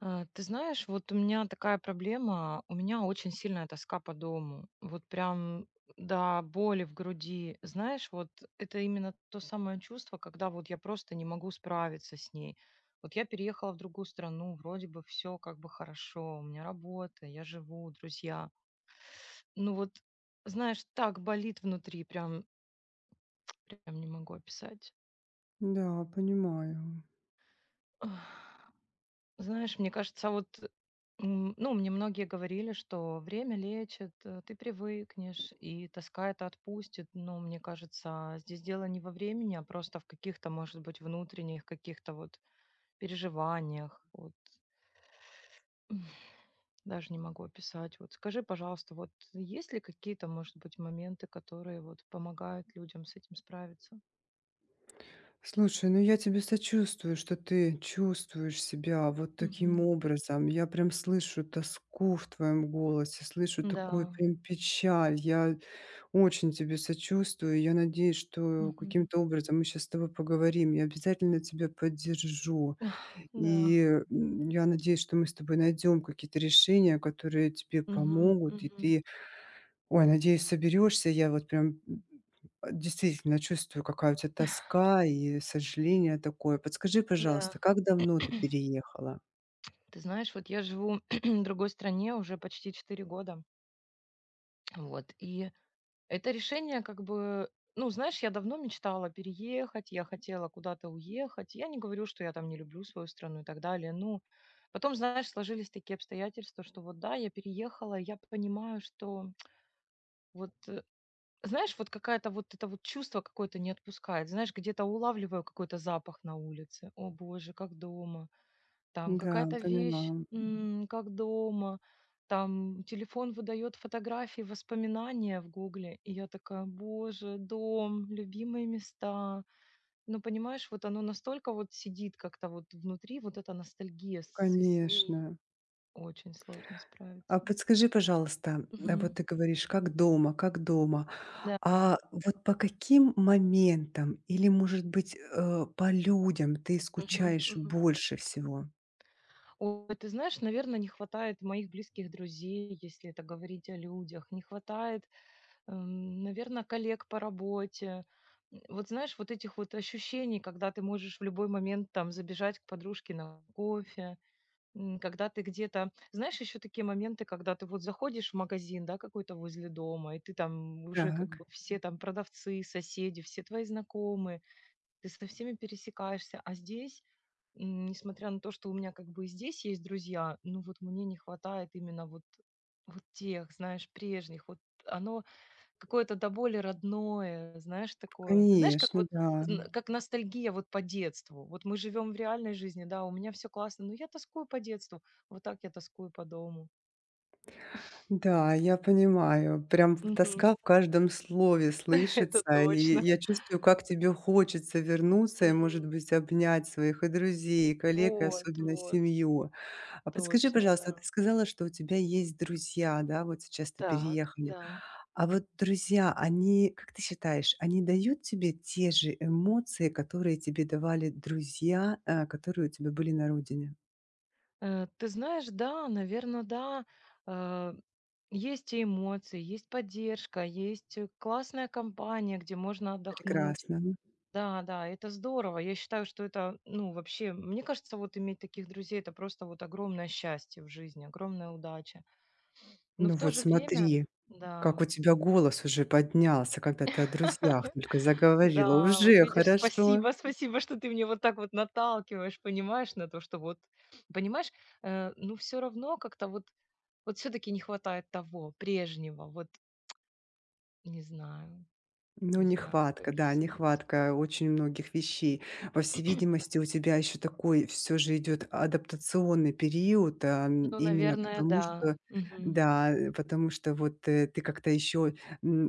Ты знаешь, вот у меня такая проблема, у меня очень сильная тоска по дому, вот прям до боли в груди. Знаешь, вот это именно то самое чувство, когда вот я просто не могу справиться с ней. Вот я переехала в другую страну, вроде бы все как бы хорошо, у меня работа, я живу, друзья. Ну вот, знаешь, так болит внутри, прям не могу описать. Да, понимаю. Знаешь, мне кажется, вот, ну, мне многие говорили, что время лечит, ты привыкнешь, и тоска это отпустит. Но мне кажется, здесь дело не во времени, а просто в каких-то, может быть, внутренних каких-то вот переживаниях. Вот даже не могу описать. Вот скажи, пожалуйста, вот есть ли какие-то, может быть, моменты, которые вот помогают людям с этим справиться? Слушай, ну я тебе сочувствую, что ты чувствуешь себя вот таким Мгм. образом. Я прям слышу тоску в твоем голосе, слышу такую Да. прям печаль. Я очень тебе сочувствую. Я надеюсь, что Мгм. каким-то образом мы сейчас с тобой поговорим. Я обязательно тебя поддержу. Да. И я надеюсь, что мы с тобой найдем какие-то решения, которые тебе Мгм. помогут, и Мгм. ты… Ой, надеюсь, соберешься. Я вот прям, действительно чувствую, какая у тебя тоска и сожаление такое. Подскажи, пожалуйста, Да. как давно ты переехала? Ты знаешь, вот я живу в другой стране уже почти 4 года. Вот. И это решение как бы... Ну, знаешь, я давно мечтала переехать, я хотела куда-то уехать. Я не говорю, что я там не люблю свою страну и так далее. Ну, потом, знаешь, сложились такие обстоятельства, что вот да, я переехала, я понимаю, что вот, знаешь, вот какая-то вот это вот чувство какое-то не отпускает. Знаешь, где-то улавливаю какой-то запах на улице. О боже, как дома там Да, какая-то вещь, поняла. Как дома, там телефон выдает фотографии, воспоминания в Гугле. И я такая, боже, дом, любимые места. Ну, понимаешь, вот оно настолько вот сидит как-то вот внутри, вот эта ностальгия, с ней Конечно. очень сложно А справиться. подскажи, пожалуйста, а вот Мгм. ты говоришь: "Как дома, как дома". Да. А вот по каким моментам или, может быть, по людям ты Мгм. скучаешь Мгм. больше всего? Ой, ты знаешь, наверное, не хватает моих близких друзей, если это говорить о людях. Не хватает, наверное, коллег по работе. Вот знаешь, вот этих вот ощущений, когда ты можешь в любой момент там забежать к подружке на кофе, когда ты где-то, знаешь, еще такие моменты, когда ты вот заходишь в магазин, да, какой-то возле дома, и ты там уже как Так, бы все там продавцы, соседи, все твои знакомые, ты со всеми пересекаешься, а здесь, несмотря на то, что у меня как бы и здесь есть друзья, ну вот мне не хватает именно вот тех, знаешь, прежних. Вот оно, какое-то до боли родное, знаешь, такое. Знаешь, как конечно, вот, да. Как ностальгия вот по детству. Вот мы живем в реальной жизни, да, у меня все классно, но я тоскую по детству. Вот так я тоскую по дому. Да, я понимаю. Прям в тоска Мгм. в каждом слове Это слышится. И точно. я чувствую, как тебе хочется вернуться и, может Мгм. быть, обнять своих и друзей, и коллег, и Вот, особенно вот, семью. А подскажи, точно, пожалуйста, вот да. ты сказала, что у тебя есть друзья, да, вот сейчас ты Так, переехали. да. А вот друзья, они, как ты считаешь, они дают тебе те же эмоции, которые тебе давали друзья, которые у тебя были на родине? Ты знаешь, да, наверное, да. э, Есть и эмоции, есть поддержка, есть, классная компания, где можно отдохнуть. Прекрасно. Да, да, это здорово. Я считаю, что это, ну, вообще, мне кажется, вот иметь таких друзей, это просто вот огромное счастье в жизни, огромная удача. Но Ну в то вот же время, смотри. Как у да, тебя голос уже поднялся, когда ты о друзьях только заговорила. да, вот Уже видишь, хорошо. спасибо, спасибо, что ты мне вот так вот наталкиваешь, понимаешь, на то, что вот, понимаешь, ну, все равно как-то вот все-таки не хватает того прежнего, вот, не знаю, Ну, не знаю, как нехватка, да, объяснить. нехватка очень многих вещей. По всей видимости, у тебя еще такой все же идет адаптационный период, Ну, именно наверное, потому да. что, Мгм. да, потому что вот ты как-то еще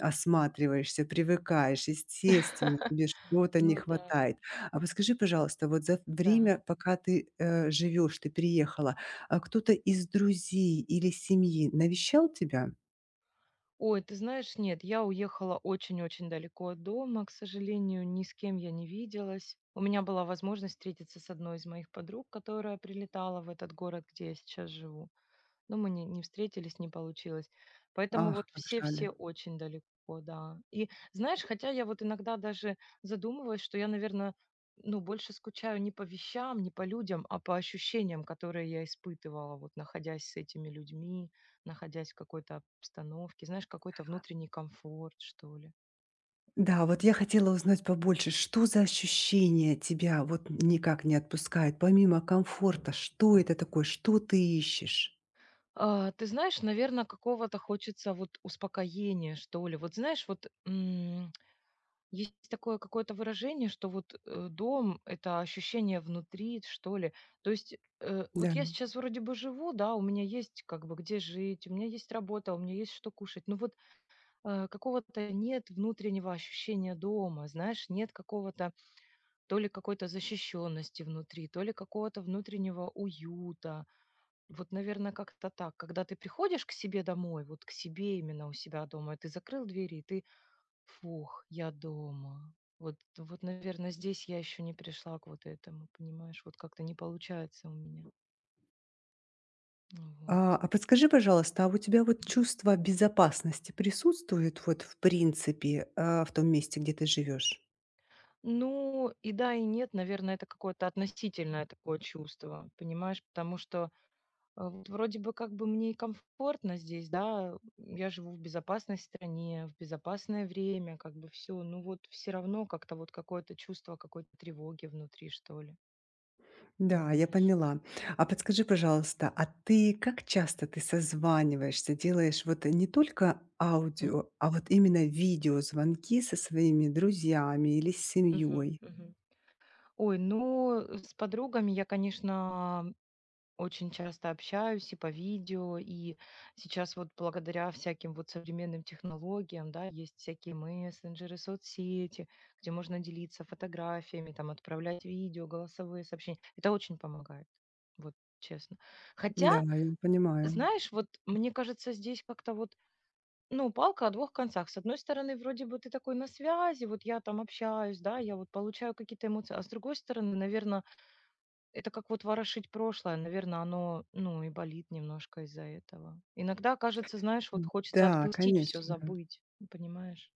осматриваешься, привыкаешь, естественно, тебе что-то не Ну, да, хватает. А подскажи, пожалуйста, вот за да. время, пока ты живешь, ты переехала, а кто-то из друзей или семьи навещал тебя? Ой, ты знаешь, нет, я уехала очень-очень далеко от дома, к сожалению, ни с кем я не виделась. У меня была возможность встретиться с одной из моих подруг, которая прилетала в этот город, где я сейчас живу. Но мы не встретились, не получилось. Поэтому вот Ах, как жаль. все-все очень далеко, да. И знаешь, хотя я вот иногда даже задумываюсь, что я, наверное, ну, больше скучаю не по вещам, не по людям, а по ощущениям, которые я испытывала, вот находясь с этими людьми, находясь в какой-то обстановке, знаешь, какой-то внутренний комфорт, что ли. Да, вот я хотела узнать побольше, что за ощущение тебя вот никак не отпускает, помимо комфорта, что это такое, что ты ищешь? Ты знаешь, наверное, какого-то хочется вот успокоения, что ли. Вот знаешь, вот есть такое какое-то выражение, что вот, дом — это ощущение внутри, что ли. То есть, вот Да. я сейчас вроде бы живу, да, у меня есть как бы где жить, у меня есть работа, у меня есть что кушать, но вот, какого-то нет внутреннего ощущения дома, знаешь, нет какого-то, то ли какой-то защищенности внутри, то ли какого-то внутреннего уюта. Вот, наверное, как-то так. Когда ты приходишь к себе домой, вот к себе именно у себя дома, ты закрыл двери, и ты: «Фух, я дома». Вот, наверное, здесь я еще не пришла к вот этому, понимаешь? Вот как-то не получается у меня. А, Вот. а подскажи, пожалуйста, а у тебя вот Мгм. чувство безопасности присутствует вот в принципе, в том месте, где ты живешь? Ну, и да, и нет, наверное, это какое-то относительное такое чувство, понимаешь? Потому что, вот вроде бы как бы мне и комфортно здесь, да, я живу в безопасной стране, в безопасное время, как бы все. Ну вот все равно как-то вот какое-то чувство какой-то тревоги внутри, что ли, Да, я понимаешь? поняла. А подскажи, пожалуйста, а ты как часто ты созваниваешься, делаешь вот не только М. аудио, а вот именно видеозвонки со своими друзьями или с Мгм, семьей? мгм. Ой, ну, с подругами я, конечно, очень часто общаюсь и по видео, и сейчас вот благодаря всяким вот современным технологиям, да, есть всякие мессенджеры, соцсети, где можно делиться фотографиями, там, отправлять видео, голосовые сообщения. Это очень помогает, вот честно. Хотя, Да, я понимаю. знаешь, вот мне кажется, здесь как-то вот, ну, палка о двух концах. С одной стороны, вроде бы ты такой на связи, вот я там общаюсь, да, я вот получаю какие-то эмоции, а с другой стороны, наверное, это как вот ворошить прошлое. Наверное, оно, ну, и болит немножко из-за этого. Иногда кажется, знаешь, вот хочется Да, отпустить все, конечно. забыть. Ну, понимаешь?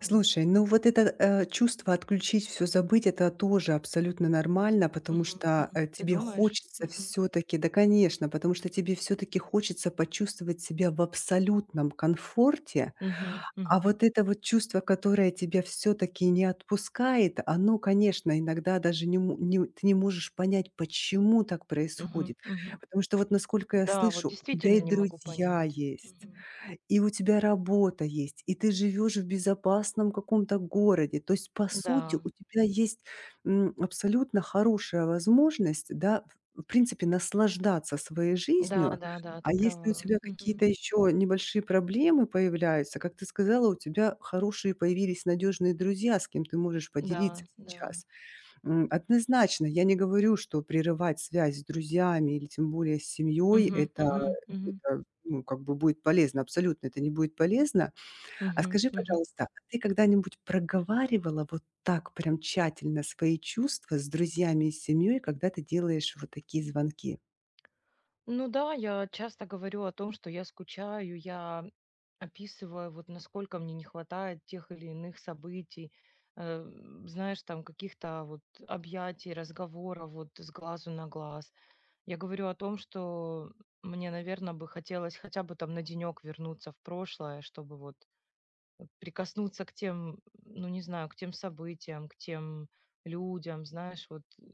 Вот. Слушай, ну вот это, чувство отключить, все, забыть — это тоже абсолютно нормально, потому Мгм, что, мгм. Ты тебе думаешь? хочется Мгм. все таки да, конечно, потому что тебе все таки хочется почувствовать себя в абсолютном комфорте. Мгм, А мгм, вот это вот чувство, которое тебя все таки не отпускает, оно, конечно, иногда даже не му не ты не можешь понять, почему так мгм, происходит. мгм. Потому что вот, насколько я Да, вот слышу, у тебя и действительно не могу друзья понять. есть. Мгм. И у тебя работа есть, и ты живешь в безопасном каком-то городе. То есть, по сути, Да, у тебя есть, абсолютно хорошая возможность, да, в принципе, наслаждаться своей жизнью. да-да-да, ты А если у права. тебя Мгм. какие-то еще небольшие проблемы появляются, как ты сказала, у тебя хорошие появились надежные друзья, с кем ты можешь поделиться Да, да. сейчас. Однозначно, я не говорю, что прерывать связь с друзьями или тем более с семьей — Мгм, это мгм, мгм, это, ну, как бы будет полезно. Абсолютно это не будет полезно. А мгм, скажи, мгм. пожалуйста, а ты когда-нибудь проговаривала вот так прям тщательно свои чувства с друзьями и семьей, когда ты делаешь вот такие звонки? Ну да, я часто говорю о том, что я скучаю, я, описывая, вот насколько мне не хватает тех или иных событий, э, знаешь, там каких-то вот объятий, разговоров вот с глазу на глаз. Я говорю о том, что мне, наверное, бы хотелось хотя бы там на денек вернуться в прошлое, чтобы вот прикоснуться к тем, ну не знаю, к тем событиям, к тем людям, знаешь, вот,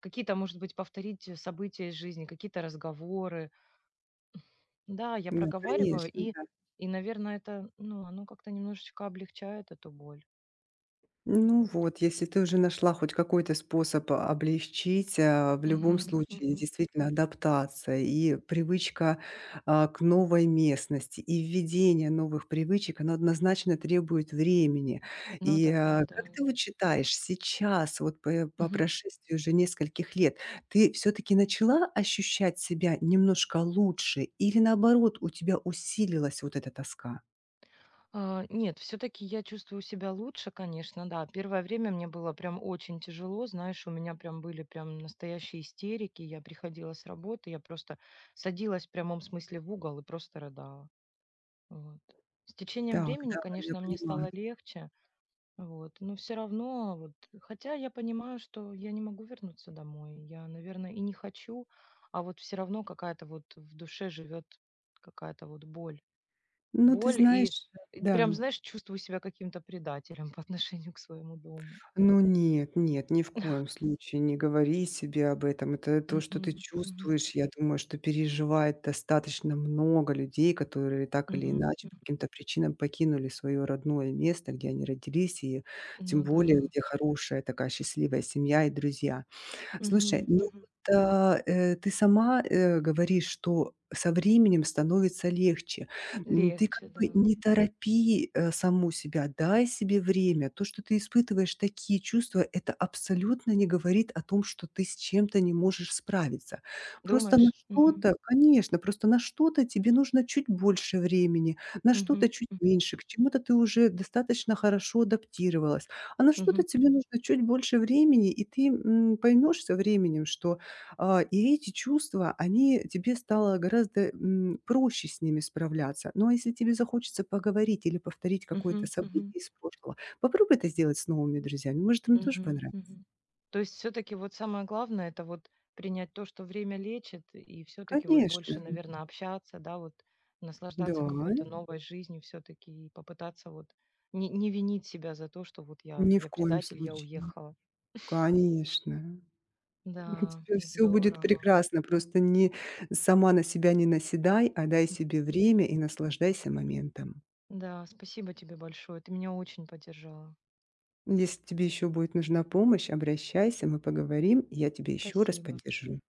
какие-то, может быть, повторить, события из жизни, какие-то разговоры, да, я Ну, проговариваю, конечно, и да. и, наверное, это, ну, оно как-то немножечко облегчает эту боль. Ну Вот. вот, если ты уже нашла хоть какой-то способ облегчить, в любом Мгм, случае мгм. действительно адаптация и привычка, к новой местности, и введение новых привычек, оно однозначно требует времени. Ну И, да, да. как ты вот считаешь, сейчас, вот по Мгм. прошествии уже нескольких лет, ты все таки начала ощущать себя немножко лучше или, наоборот, у тебя усилилась вот эта тоска? А, нет, все-таки я чувствую себя лучше, конечно, да. Первое время мне было прям очень тяжело, знаешь, у меня прям были прям настоящие истерики. Я приходила с работы, я просто садилась в прямом смысле в угол и просто рыдала. Вот. С течением Так, времени, да, я конечно, мне понимаю. стало легче. Вот, но все равно вот, хотя я понимаю, что я не могу вернуться домой. Я, наверное, и не хочу, а вот все равно какая-то вот в душе живет какая-то вот боль. Ну, ты Боль, и знаешь, и да. прям, знаешь, чувствую себя каким-то предателем по отношению к своему дому. Ну нет, нет, ни в коем случае не говори себе об этом. Это то, что Мгм, ты мгм, чувствуешь, я думаю, что переживает достаточно много людей, которые так или мгм, иначе по мгм. каким-то причинам покинули свое родное место, где они родились, и тем Ну да. более, где хорошая такая счастливая семья и друзья. Слушай, Мгм, ну мгм. вот, ты сама, говоришь, что со временем становится легче. Ты как Легче, да. бы не торопи, саму себя, дай себе время. То, что ты испытываешь такие чувства, это абсолютно не говорит о том, что ты с чем-то не можешь справиться. Просто на Думаешь? Мгм, что-то конечно, просто на что-то тебе нужно чуть больше времени, на мгм, что-то чуть мгм, меньше, к чему-то ты уже достаточно хорошо адаптировалась. А на что-то мгм, тебе нужно чуть больше времени, и ты, поймешь со временем, что, и эти чувства, они тебе стало гораздо, проще с ними справляться. Ну, а если тебе захочется поговорить или повторить какое-то мгм, событие мгм. из прошлого, попробуй это сделать с новыми друзьями. Может, им тоже Мгм, понравится. мгм. То есть все-таки вот самое главное это вот принять то, что время лечит, и все-таки вот Конечно. больше, наверное, общаться, да, вот Да, наслаждаться какой-то новой жизнью все-таки и попытаться вот не винить себя за то, что вот я, ни в я коем предатель, я случае. уехала. Конечно. У Да, тебя всё будет здорово. прекрасно. Просто не сама на себя не наседай, а дай М, себе м. время и наслаждайся моментом. Да, спасибо тебе большое. Ты меня очень поддержала. Если тебе еще будет нужна помощь, обращайся, мы поговорим, и я тебе еще раз Спасибо. поддержу.